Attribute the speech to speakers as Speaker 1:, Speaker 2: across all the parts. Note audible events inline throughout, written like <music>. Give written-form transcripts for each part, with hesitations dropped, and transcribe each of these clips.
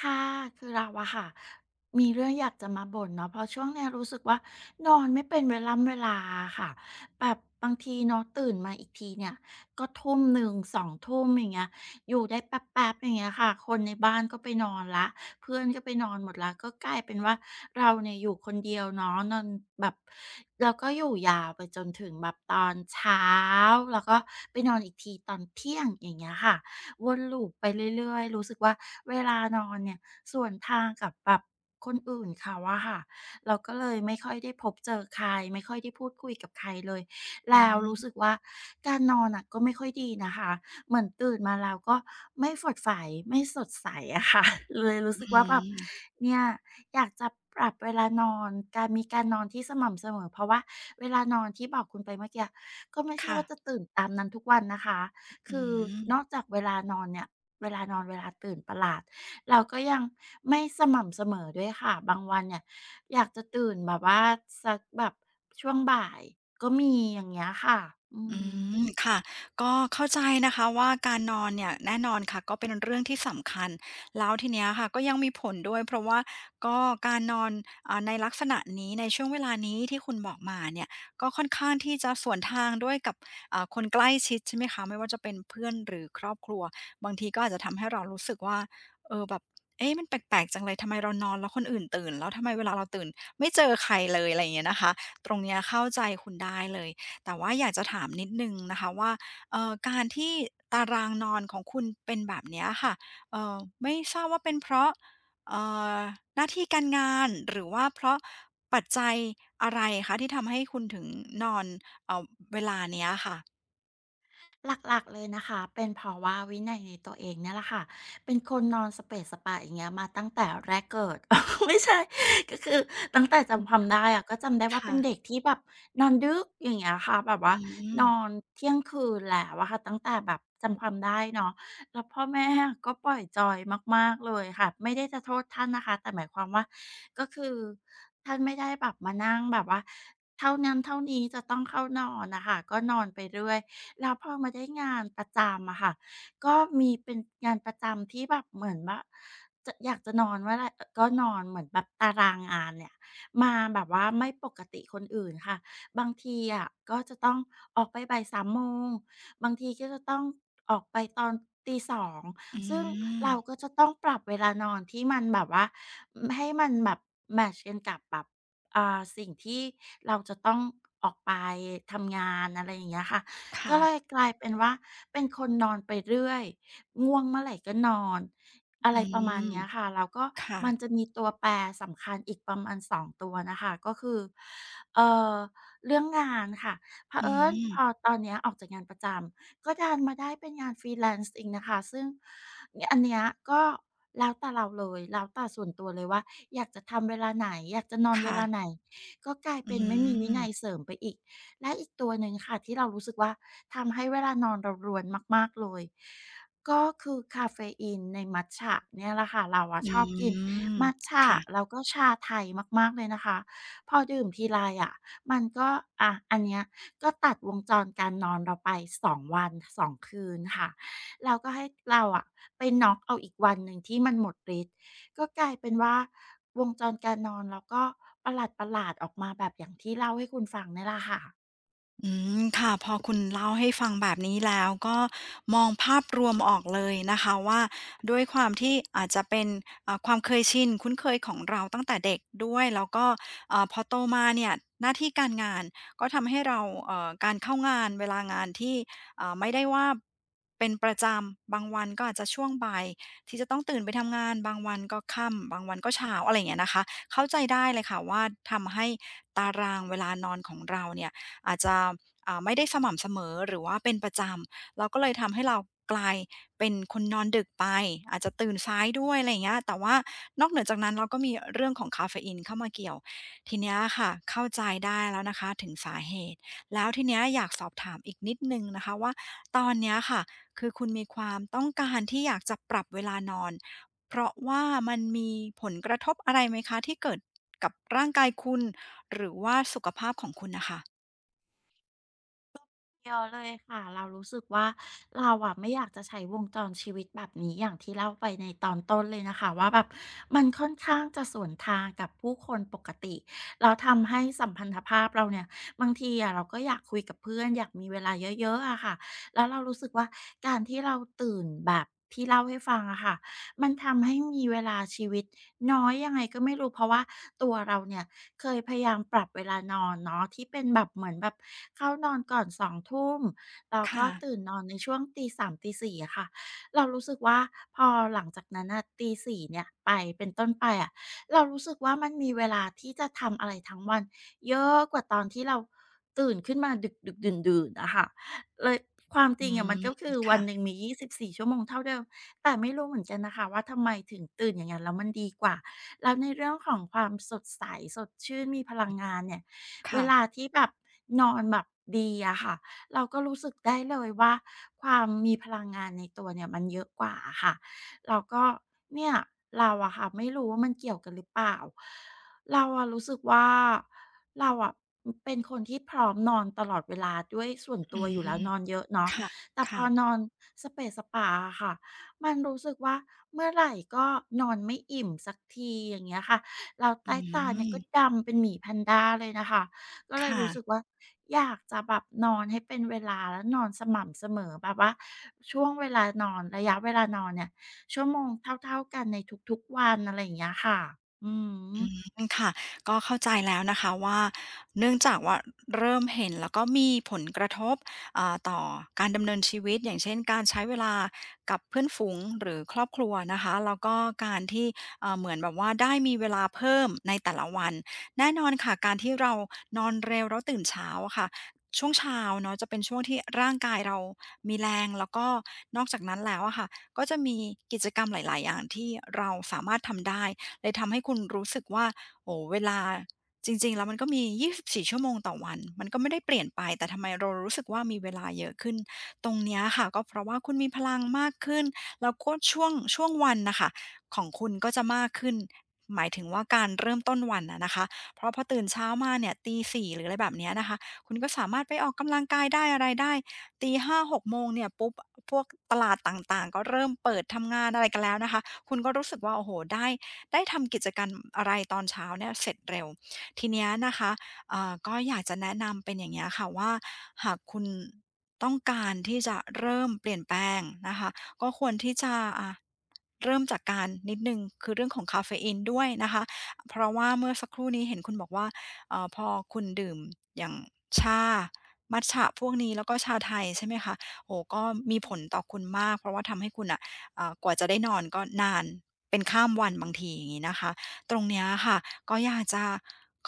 Speaker 1: ค่ะคือเราอะค่ะมีเรื่องอยากจะมาบ่นเนาะเพราะช่วงเนี้ยรู้สึกว่านอนไม่เป็นเวล่ำเวลาค่ะแบบบางทีเนาะตื่นมาอีกทีเนี่ยก็ทุ่มหนึ่งสองทุ่มอย่างเงี้ยอยู่ได้แป๊บๆอย่างเงี้ยค่ะคนในบ้านก็ไปนอนแล้วเพื่อนก็ไปนอนหมดแล้วก็กลายเป็นว่าเราเนี่ยอยู่คนเดียวเนาะนอนแบบแล้วก็อยู่ยาวไปจนถึงแบบตอนเช้าแล้วก็ไปนอนอีกทีตอนเที่ยงอย่างเงี้ยค่ะ วนลูปไปเรื่อยๆรู้สึกว่าเวลานอนเนี่ยส่วนทางกับแบบคนอื่นเขาอะค่ะเราก็เลยไม่ค่อยได้พบเจอใครไม่ค่อยได้พูดคุยกับใครเลย
Speaker 2: อื
Speaker 1: แล้วรู้สึ
Speaker 2: ม
Speaker 1: กว่าการนอนน่ะก็ไม่ค่อยดีนะคะเหมือนตื่นมาแล้วก็ไม่ฝดใสไม่สดใสอะค่ะ <laughs> เลยรู้
Speaker 2: อื
Speaker 1: สึกว่าแบบ
Speaker 2: ม
Speaker 1: เนี่ยอยากจะปรับเวลานอนการมีการนอนที่สม่ำเสมอเพราะว่าเวลานอนที่บอกคุณไปเมื่อกี้ก็ไม่ใช่ว่าจะ
Speaker 2: ค่ะ
Speaker 1: ตื่นตามนั้นทุกวันนะคะ
Speaker 2: อื
Speaker 1: คือนอก
Speaker 2: ม
Speaker 1: จากเวลานอนเนี่ยเวลานอนเวลาตื่นประหลาดเราก็ยังไม่สม่ำเสมอด้วยค่ะบางวันเนี่ยอยากจะตื่นแบบว่าสักแบบช่วงบ่ายก็มีอย่างเงี้ยค่ะอื
Speaker 2: อืม
Speaker 1: ม
Speaker 2: ค่ะก็เข้าใจนะคะว่าการนอนเนี่ยแน่นอนค่ะก็เป็นเรื่องที่สำคัญแล้วทีเนี้ยค่ะก็ยังมีผลด้วยเพราะว่าก็การนอนในลักษณะนี้ในช่วงเวลานี้ที่คุณบอกมาเนี่ยก็ค่อนข้างที่จะสวนทางด้วยกับคนใกล้ชิดใช่ไหมคะไม่ว่าจะเป็นเพื่อนหรือครอบครัวบางทีก็อาจจะทำให้เรารู้สึกว่าเออแบบเอ๊ะมันแปลกๆจังเลยทำไมเรานอนแล้วคนอื่นตื่นแล้วทำไมเวลาเราตื่นไม่เจอใครเลยอะไรอย่างเงี้ยนะคะตรงเนี้ยเข้าใจคุณได้เลย แต่ว่าอยากจะถามนิดหนึ่งนะคะว่าการที่ตารางนอนของคุณเป็นแบบเนี้ยค่ะเอ่อไม่ทราบว่าเป็นเพราะเอ่อหน้าที่การงานหรือว่าเพราะปัจจัยอะไรคะที่ทำให้คุณถึงนอนเอ่อเวลาเนี้ยค่ะ
Speaker 1: หลักๆเลยนะคะเป็นเพราะว่าวินัยในตัวเองเนี่ยแหละค่ะเป็นคนนอนสเปซสปะอย่างเงี้ยมาตั้งแต่แรกเกิด <laughs> ไม่ใช่ก็คือตั้งแต่จำความได้อะก็จำได้ว่าเป็
Speaker 2: ค่ะ
Speaker 1: นเด็กที่แบบนอนดึกอย่างเงี้ยค่ะแบบว่า
Speaker 2: อืม
Speaker 1: นอนเที่ยงคืนแล้วอะค่ะตั้งแต่แบบจำความได้เนาะแล้วพ่อแม่ก็ปล่อยจอยมากๆเลยค่ะไม่ได้จะโทษท่านนะคะแต่หมายความว่าก็คือท่านไม่ได้แบบมานั่งแบบว่าเท่านั้นเท่านี้จะต้องเข้านอนนะคะก็นอนไปเรื่อย แล้วพอมาได้งานประจำอะค่ะก็มีเป็นงานประจำที่แบบเหมือนว่าจะอยากจะนอนว่าไรก็นอนเหมือนแบบตารางงานเนี่ยมาแบบว่าไม่ปกติคนอื่นค่ะบางทีอะก็จะต้องออกไปบ่าย 3 โมงบางทีก็จะต้องออกไปตอนตี 2
Speaker 2: อื
Speaker 1: ซึ่งเรา
Speaker 2: ม
Speaker 1: ก็จะต้องปรับเวลานอนที่มันแบบว่าให้มันแบบแมตช์กันกับแบบสิ่งที่เราจะต้องออกไปทำงานอะไรอย่างเงี้ยค่ะ ก็
Speaker 2: ค่ะ
Speaker 1: เลยกลายเป็นว่าเป็นคนนอนไปเรื่อยง่วงเมื่อไหร่ก็นอนอะไร
Speaker 2: อื
Speaker 1: ประมาณ
Speaker 2: ม
Speaker 1: เนี้ยค่ะแล้วก็
Speaker 2: ค่ะ
Speaker 1: มันจะมีตัวแปรสำคัญอีกประมาณสองตัวนะคะก็คือเอ่อเรื่องงานค่ะเผ
Speaker 2: อื
Speaker 1: อิญพอ
Speaker 2: ม
Speaker 1: ตอนเนี้ยออกจากงานประจำก็ดันมาได้เป็นงาน Freelance อีกนะคะซึ่งเนี่ยอันเนี้ยก็แล้วแต่เราเลยแล้วแต่ส่วนตัวเลยว่าอยากจะทำเวลาไหนอยากจะนอนเว
Speaker 2: ค่ะ
Speaker 1: ลาไหนก็กลาย
Speaker 2: อื
Speaker 1: เป็นไม่มีวิ
Speaker 2: ม
Speaker 1: นัยเสริมไปอีก และอีกตัวหนึ่งค่ะที่เรารู้สึกว่าทำให้เวลานอนเรารวนมากๆเลยก็คือคาเฟอีนในมัตจะเนี่ยแหละค่ะเราอะช
Speaker 2: อื
Speaker 1: อบกิน
Speaker 2: ม
Speaker 1: มัตจะ
Speaker 2: ค่ะ
Speaker 1: แล้วก็ชาไทยมากๆเลยนะคะพอดื่มทีไรอะมันก็อะอันเนี้ยก็ตัดวงจรการนอนเราไป2วันสองคืนค่ะแล้วก็ให้เราอะไปน็อกเอาอีกวันหนึ่งที่มันหมดฤทธิ์ก็กลายเป็นว่าวงจรการนอนเราก็ประหลาดๆออกมาแบบอย่างที่เล่าให้คุณฟังเนี่ยแหละค่ะ
Speaker 2: อืมค่ะพอคุณเล่าให้ฟังแบบนี้แล้วก็มองภาพรวมออกเลยนะคะว่าด้วยความที่อาจจะเป็นความเคยชินคุ้นเคยของเราตั้งแต่เด็กด้วยแล้วก็พอโตมาเนี่ยหน้าที่การงานก็ทำให้เราการเข้างานเวลางานที่ไม่ได้ว่าเป็นประจำบางวันก็อาจจะช่วงบ่ายที่จะต้องตื่นไปทำงานบางวันก็ค่ำบางวันก็เช้าอะไรอย่างเงี้ยนะคะเข้าใจได้เลยค่ะว่าทำให้ตารางเวลานอนของเราเนี่ย อาจจะไม่ได้สม่ำเสมอหรือว่าเป็นประจำเราก็เลยทำให้เรากลายเป็นคนนอนดึกไปอาจจะตื่นสายด้วยอะไรอย่างเงี้ยแต่ว่านอกเหนือจากนั้นเราก็มีเรื่องของคาเฟอีนเข้ามาเกี่ยวทีเนี้ยค่ะเข้าใจได้แล้วนะคะถึงสาเหตุแล้วทีเนี้ยอยากสอบถามอีกนิดนึงนะคะว่าตอนเนี้ยค่ะคือคุณมีความต้องการที่อยากจะปรับเวลานอนเพราะว่ามันมีผลกระทบอะไรไหมคะที่เกิดกับร่างกายคุณหรือว่าสุขภาพของคุณนะคะ
Speaker 1: เดียวเลยค่ะเรารู้สึกว่าเราอะไม่อยากจะใช้วงจรชีวิตแบบนี้อย่างที่เล่าไปในตอนต้นเลยนะคะว่าแบบมันค่อนข้างจะสวนทางกับผู้คนปกติเราทำให้สัมพันธภาพเราเนี่ยบางทีอะเราก็อยากคุยกับเพื่อนอยากมีเวลาเยอะๆอะค่ะแล้วเรารู้สึกว่าการที่เราตื่นแบบที่เล่าให้ฟังอะค่ะมันทำให้มีเวลาชีวิตน้อยยังไงก็ไม่รู้เพราะว่าตัวเราเนี่ย เคยพยายามปรับเวลานอนเนาะที่เป็นแบบเหมือนแบบเข้านอนก่อน2ทุ่มแล้วก็
Speaker 2: ค่ะ
Speaker 1: ตื่นนอนในช่วงตีสามตี4อะค่ะเรารู้สึกว่าพอหลังจากนั้นนะตี 4เนี่ยไปเป็นต้นไปอะเรารู้สึกว่ามันมีเวลาที่จะทำอะไรทั้งวันเยอะกว่าตอนที่เราตื่นขึ้นมาดึกดึกดื่นดื่นอะค่ะเลยความจ
Speaker 2: อื
Speaker 1: ริงอะมัน
Speaker 2: ม
Speaker 1: ก็คือวัน
Speaker 2: ค่ะ
Speaker 1: หนึ่งมี24 ชั่วโมงเท่าเดิมแต่ไม่รู้เหมือนกันนะคะว่าทำไมถึงตื่นอย่างนั้นแล้วมันดีกว่า แล้วในเรื่องของความสดใสสดชื่นมีพลังงานเนี่ยเว
Speaker 2: ค่ะ
Speaker 1: ลาที่แบบนอนแบบดีอะค่ะเราก็รู้สึกได้เลยว่าความมีพลังงานในตัวเนี่ยมันเยอะกว่าอะค่ะแล้วก็เนี่ยเราอะค่ะไม่รู้ว่ามันเกี่ยวกันหรือเปล่าเราอะรู้สึกว่าเราอะอือเป็นคนที่พร้อมนอนตลอดเวลาด้วยส่วน
Speaker 2: อื
Speaker 1: ตัวอยู่
Speaker 2: ม
Speaker 1: แล้วนอนเยอะเนาะ
Speaker 2: ค่ะ
Speaker 1: แต่พ
Speaker 2: ค่ะ
Speaker 1: อนอนสะเปะสะปะอะค่ะ มันรู้สึกว่าเมื่อไหร่ก็นอนไม่อิ่มสักทีอย่างเงี้ยค่ะแล้ว
Speaker 2: อื
Speaker 1: ใต้ตาเนี่ยก็
Speaker 2: ม
Speaker 1: ดำเป็นหมีแพนด้าเลยนะคะก็เลย
Speaker 2: ค่ะ
Speaker 1: รู้สึกว่าอยากจะแบบนอนให้เป็นเวลาแล้วนอนสม่ำเสมอแบบว่าช่วงเวลานอนระยะเวลานอนเนี่ยชั่วโมงเท่าๆกันในทุกๆวันอะไรอย่างเงี้ยค่ะอืม
Speaker 2: มค่ะก็เข้าใจแล้วนะคะว่าเนื่องจากว่าเริ่มเห็นแล้วก็มีผลกระทบต่อการดำเนินชีวิตอย่างเช่นการใช้เวลากับเพื่อนฝูงหรือครอบครัวนะคะแล้วก็การที่เหมือนแบบว่าได้มีเวลาเพิ่มในแต่ละวันแน่นอนค่ะการที่เรานอนเร็วแล้วตื่นเช้าอะค่ะช่วงเช้าเนาะจะเป็นช่วงที่ร่างกายเรามีแรงแล้วก็นอกจากนั้นแล้วอะค่ะก็จะมีกิจกรรมหลายๆอย่างที่เราสามารถทำได้เลยทำให้คุณรู้สึกว่า โอ้เวลาจริงๆแล้วมันก็มี24 ชั่วโมงต่อวัน มันก็ไม่ได้เปลี่ยนไป แต่ทำไมเรารู้สึกว่ามีเวลาเยอะขึ้น ตรงเนี้ยค่ะก็เพราะว่าคุณมีพลังมากขึ้น แล้วก็ช่วงวันน่ะค่ะของคุณก็จะมากขึ้นหมายถึงว่าการเริ่มต้นวันอะนะคะ เพราะพอตื่นเช้ามาเนี่ยตี4หรืออะไรแบบเนี้ยนะคะ คุณก็สามารถไปออกกำลังกายได้อะไรได้ ตี5-6โมงเนี่ยปุ๊บพวกตลาดต่างๆก็เริ่มเปิดทำงานอะไรกันแล้วนะคะคุณก็รู้สึกว่าโอ้โฮได้ ได้ทำกิจกรรมอะไรตอนเช้าเนี่ยเสร็จเร็วทีเนี้ยนะคะก็อยากจะแนะนำเป็นอย่างเงี้ยค่ะว่าหากคุณต้องการที่จะเริ่มเปลี่ยนแปลงนะคะก็ควรที่จะอ่ะเริ่มจากการนิดนึงคือเรื่องของคาเฟอีนด้วยนะคะเพราะว่าเมื่อสักครู่นี้เห็นคุณบอกว่าเออพอคุณดื่มอย่างชามัทฉะพวกนี้แล้วก็ชาไทยใช่ไหมคะโอ้ก็มีผลต่อคุณมากเพราะว่าทำให้คุณอ่ะกว่าจะได้นอนก็นาน เป็นข้ามวันบางทีอย่างนี้นะคะตรงเนี้ยค่ะก็อยากจะ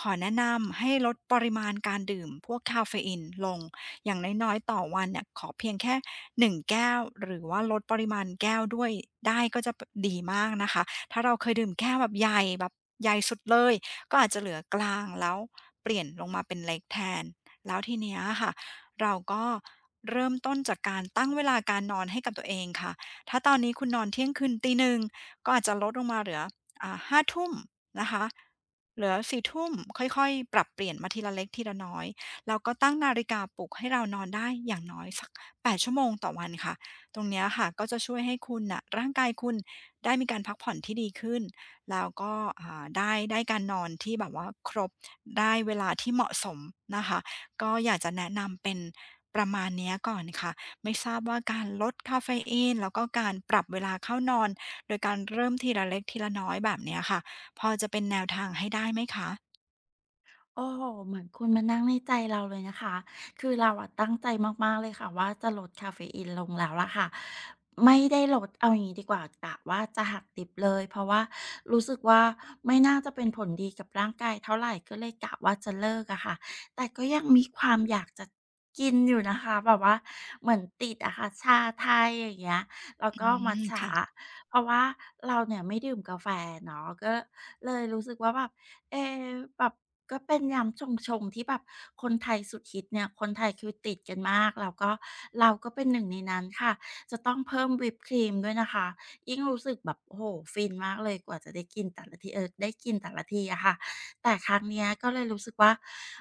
Speaker 2: ขอแนะนำให้ลดปริมาณการดื่มพวกคาเฟอีนลงอย่างน้อยๆต่อวันเนี่ยขอเพียงแค่หนึ่งแก้วหรือว่าลดปริมาณแก้วด้วยได้ก็จะดีมากนะคะถ้าเราเคยดื่มแก้วแบบใหญ่สุดเลยก็อาจจะเหลือกลางแล้วเปลี่ยนลงมาเป็นเล็กแทนแล้วทีเนี้ยค่ะเราก็เริ่มต้นจากการตั้งเวลาการนอนให้กับตัวเองค่ะถ้าตอนนี้คุณนอนเที่ยงคืนตีหนึ่ง ก็อาจจะลดลงมาเหลือ5ทุ่มนะคะเหลือ 4 ทุ่มค่อยๆ ปรับเปลี่ยนมาทีละเล็กทีละน้อย แล้วก็ตั้งนาฬิกาปลุกให้เรานอนได้อย่างน้อยสัก8ชั่วโมงต่อวันค่ะ ตรงเนี้ยค่ะก็จะช่วยให้คุณน่ะร่างกายคุณได้มีการพักผ่อนที่ดีขึ้น แล้วก็ได้การนอนที่แบบว่าครบ ได้เวลาที่เหมาะสมนะคะก็อยากจะแนะนำเป็นประมาณเนี้ยก่อนค่ะไม่ทราบว่าการลดคาเฟอีนแล้วก็การปรับเวลาเข้านอน โดยการเริ่มทีละเล็กทีละน้อยแบบเนี้ยค่ะพอจะเป็นแนวทางให้ได้ไหมคะ
Speaker 1: โอ้โหเหมือนคุณมานั่งในใจเราเลยนะคะคือเราอะตั้งใจมากๆเลยค่ะว่าจะลดคาเฟอีนลงแล้วล่ะค่ะไม่ได้ลดเอาอย่างงี้ดีกว่ากะว่าจะหักดิบเลยเพราะว่ารู้สึกว่าไม่น่าจะเป็นผลดีกับร่างกายเท่าไหรก็เลยกะว่าจะเลิกอะค่ะแต่ก็ยังมีความอยากจะกินอยู่นะคะแบบว่าเหมือนติดอะค่ะชาไทยอย่างเงี้ยแล้ว
Speaker 2: อื
Speaker 1: ก็มัต
Speaker 2: ม
Speaker 1: จะ
Speaker 2: ค่ะ
Speaker 1: อะเพราะว่าเราเนี่ยไม่ดื่มกาแฟเนาะก็เลยรู้สึกว่าแบบเออแบบ ก็เป็นยำชงๆที่แบบคนไทยสุดฮิตเนี่ยคนไทยคือติดกันมากแล้วก็เราก็เป็นหนึ่งในนั้นค่ะจะต้องเพิ่มวิปครีมด้วยนะคะยิ่งรู้สึกแบบโอ้โหฟินมากเลยกว่าจะได้กินแต่ละทีเออได้กินแต่ละทีอะค่ะแต่ครั้งเนี้ยก็เลยรู้สึกว่า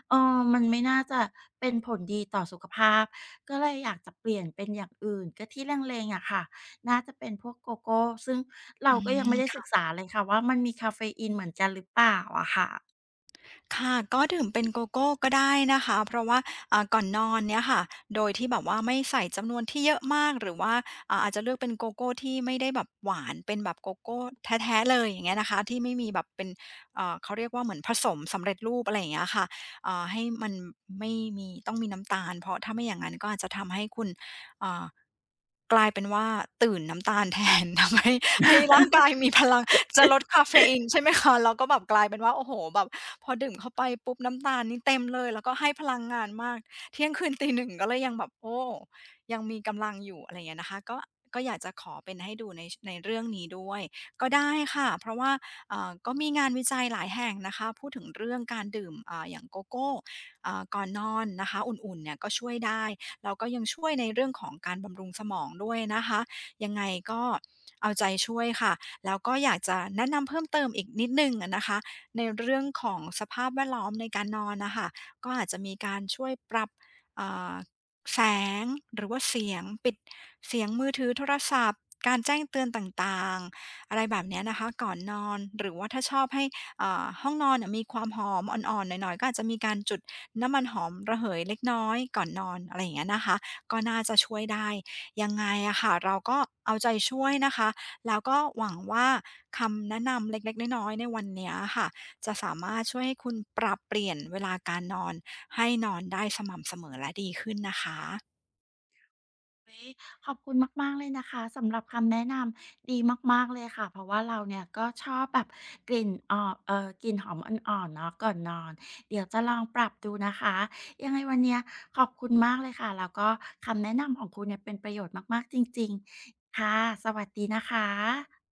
Speaker 1: เออมันไม่น่าจะเป็นผลดีต่อสุขภาพก็เลยอยากจะเปลี่ยนเป็นอย่างอื่นก็ที่เล็งๆอะค่ะน่าจะเป็นพวกโกโก้ซึ่งเรา
Speaker 2: อื
Speaker 1: ก็ยังไม่ได้ศึก
Speaker 2: ม
Speaker 1: ษาเลยค่ะว่ามันมีคาเฟอีนเหมือนกันหรือเปล่าอะค่ะ
Speaker 2: ค่ะก็ดื่มเป็นโกโก้ก็ได้นะคะเพราะว่าก่อนนอนเนี่ยค่ะโดยที่แบบว่าไม่ใส่จำนวนที่เยอะมากหรือว่าอาจจะเลือกเป็นโกโก้ที่ไม่ได้แบบหวานเป็นแบบโกโก้แท้ๆเลยอย่างเงี้ยนะคะที่ไม่มีแบบเป็นเขาเรียกว่าเหมือนผสมสำเร็จรูปอะไรอย่างเงี้ยค่ะให้มันไม่มีต้องมีน้ำตาลเพราะถ้าไม่อย่างงั้นก็อาจจะทำให้คุณอ่ากลายเป็นว่าตื่นน้ำตาลแทน <laughs> ทำให้ ให้ร่างกายมีพลังจะลดกาเฟอีนใช่ไหมคะแล้วก็แบบกลายเป็นว่าโอ้โฮแบบพอดื่มเข้าไปปุ๊บน้ำตาลนี่เต็มเลยแล้วก็ให้พลังงานมากเที่ยงคืนตหนึ่งก็เลยยังแบบโอ้ยังมีกำลังอยู่อะไรอย่างเงี้ยนะคะก็อยากจะขอเป็นให้ดูในชในเรื่องนี้ด้วยก็ได้ค่ะเพราะว่าก็มีงานวิจัยหลายแห่งนะคะพูดถึงเรื่องการดื่มอย่างโกโก้ก่อนนอนนะคะอุ่นๆเนี่ยก็ช่วยได้แล้วก็ยังช่วยในเรื่องของการบำรุงสมองด้วยนะคะ ยังไงก็เอาใจช่วยค่ะ แล้วก็อยากจะแนะนำเพิ่มเติมอีกนิดหนึ่งอะนะคะ ในเรื่องของสภาพแวดล้อมในการนอนน่ะค่ะก็อาจจะมีการช่วยปรับอ่าแสงหรือว่าเสียงปิดเสียงมือถือโทรศัพท์การแจ้งเตือนต่างๆอะไรแบบเนี้ยนะคะก่อนนอนหรือว่าถ้าชอบให้ห้องนอนเนี่ยมีความหอมอ่อนๆหน่อยๆก็อาจจะมีการจุดน้ำมันหอมระเหยเล็กน้อยก่อนนอนอะไรอย่างเงี้ยนะคะก็น่าจะช่วยได้ ยังไงอะค่ะเราก็เอาใจช่วยนะคะแล้วก็หวังว่าคำแนะนำเล็กๆน้อยๆในวันเนี้ยค่ะจะสามารถช่วยให้คุณปรับเปลี่ยนเวลาการนอนให้นอนได้สม่ำเสมอและดีขึ้นนะคะ
Speaker 1: อุ๊ยขอบคุณมากๆเลยนะคะสำหรับคำแนะนำดีมากๆเลยค่ะเพราะว่าเราเนี่ยก็ชอบแบบกลิ่นออกกลิ่นหอมอ่อนๆเนาะก่อนนอนเดี๋ยวจะลองปรับดูนะคะยังไงวันเนี้ยขอบคุณมากเลยค่ะแล้วก็คำแนะนำของคุณเนี่ยเป็นประโยชน์มากๆจริงๆค่ะสวัสดีนะคะ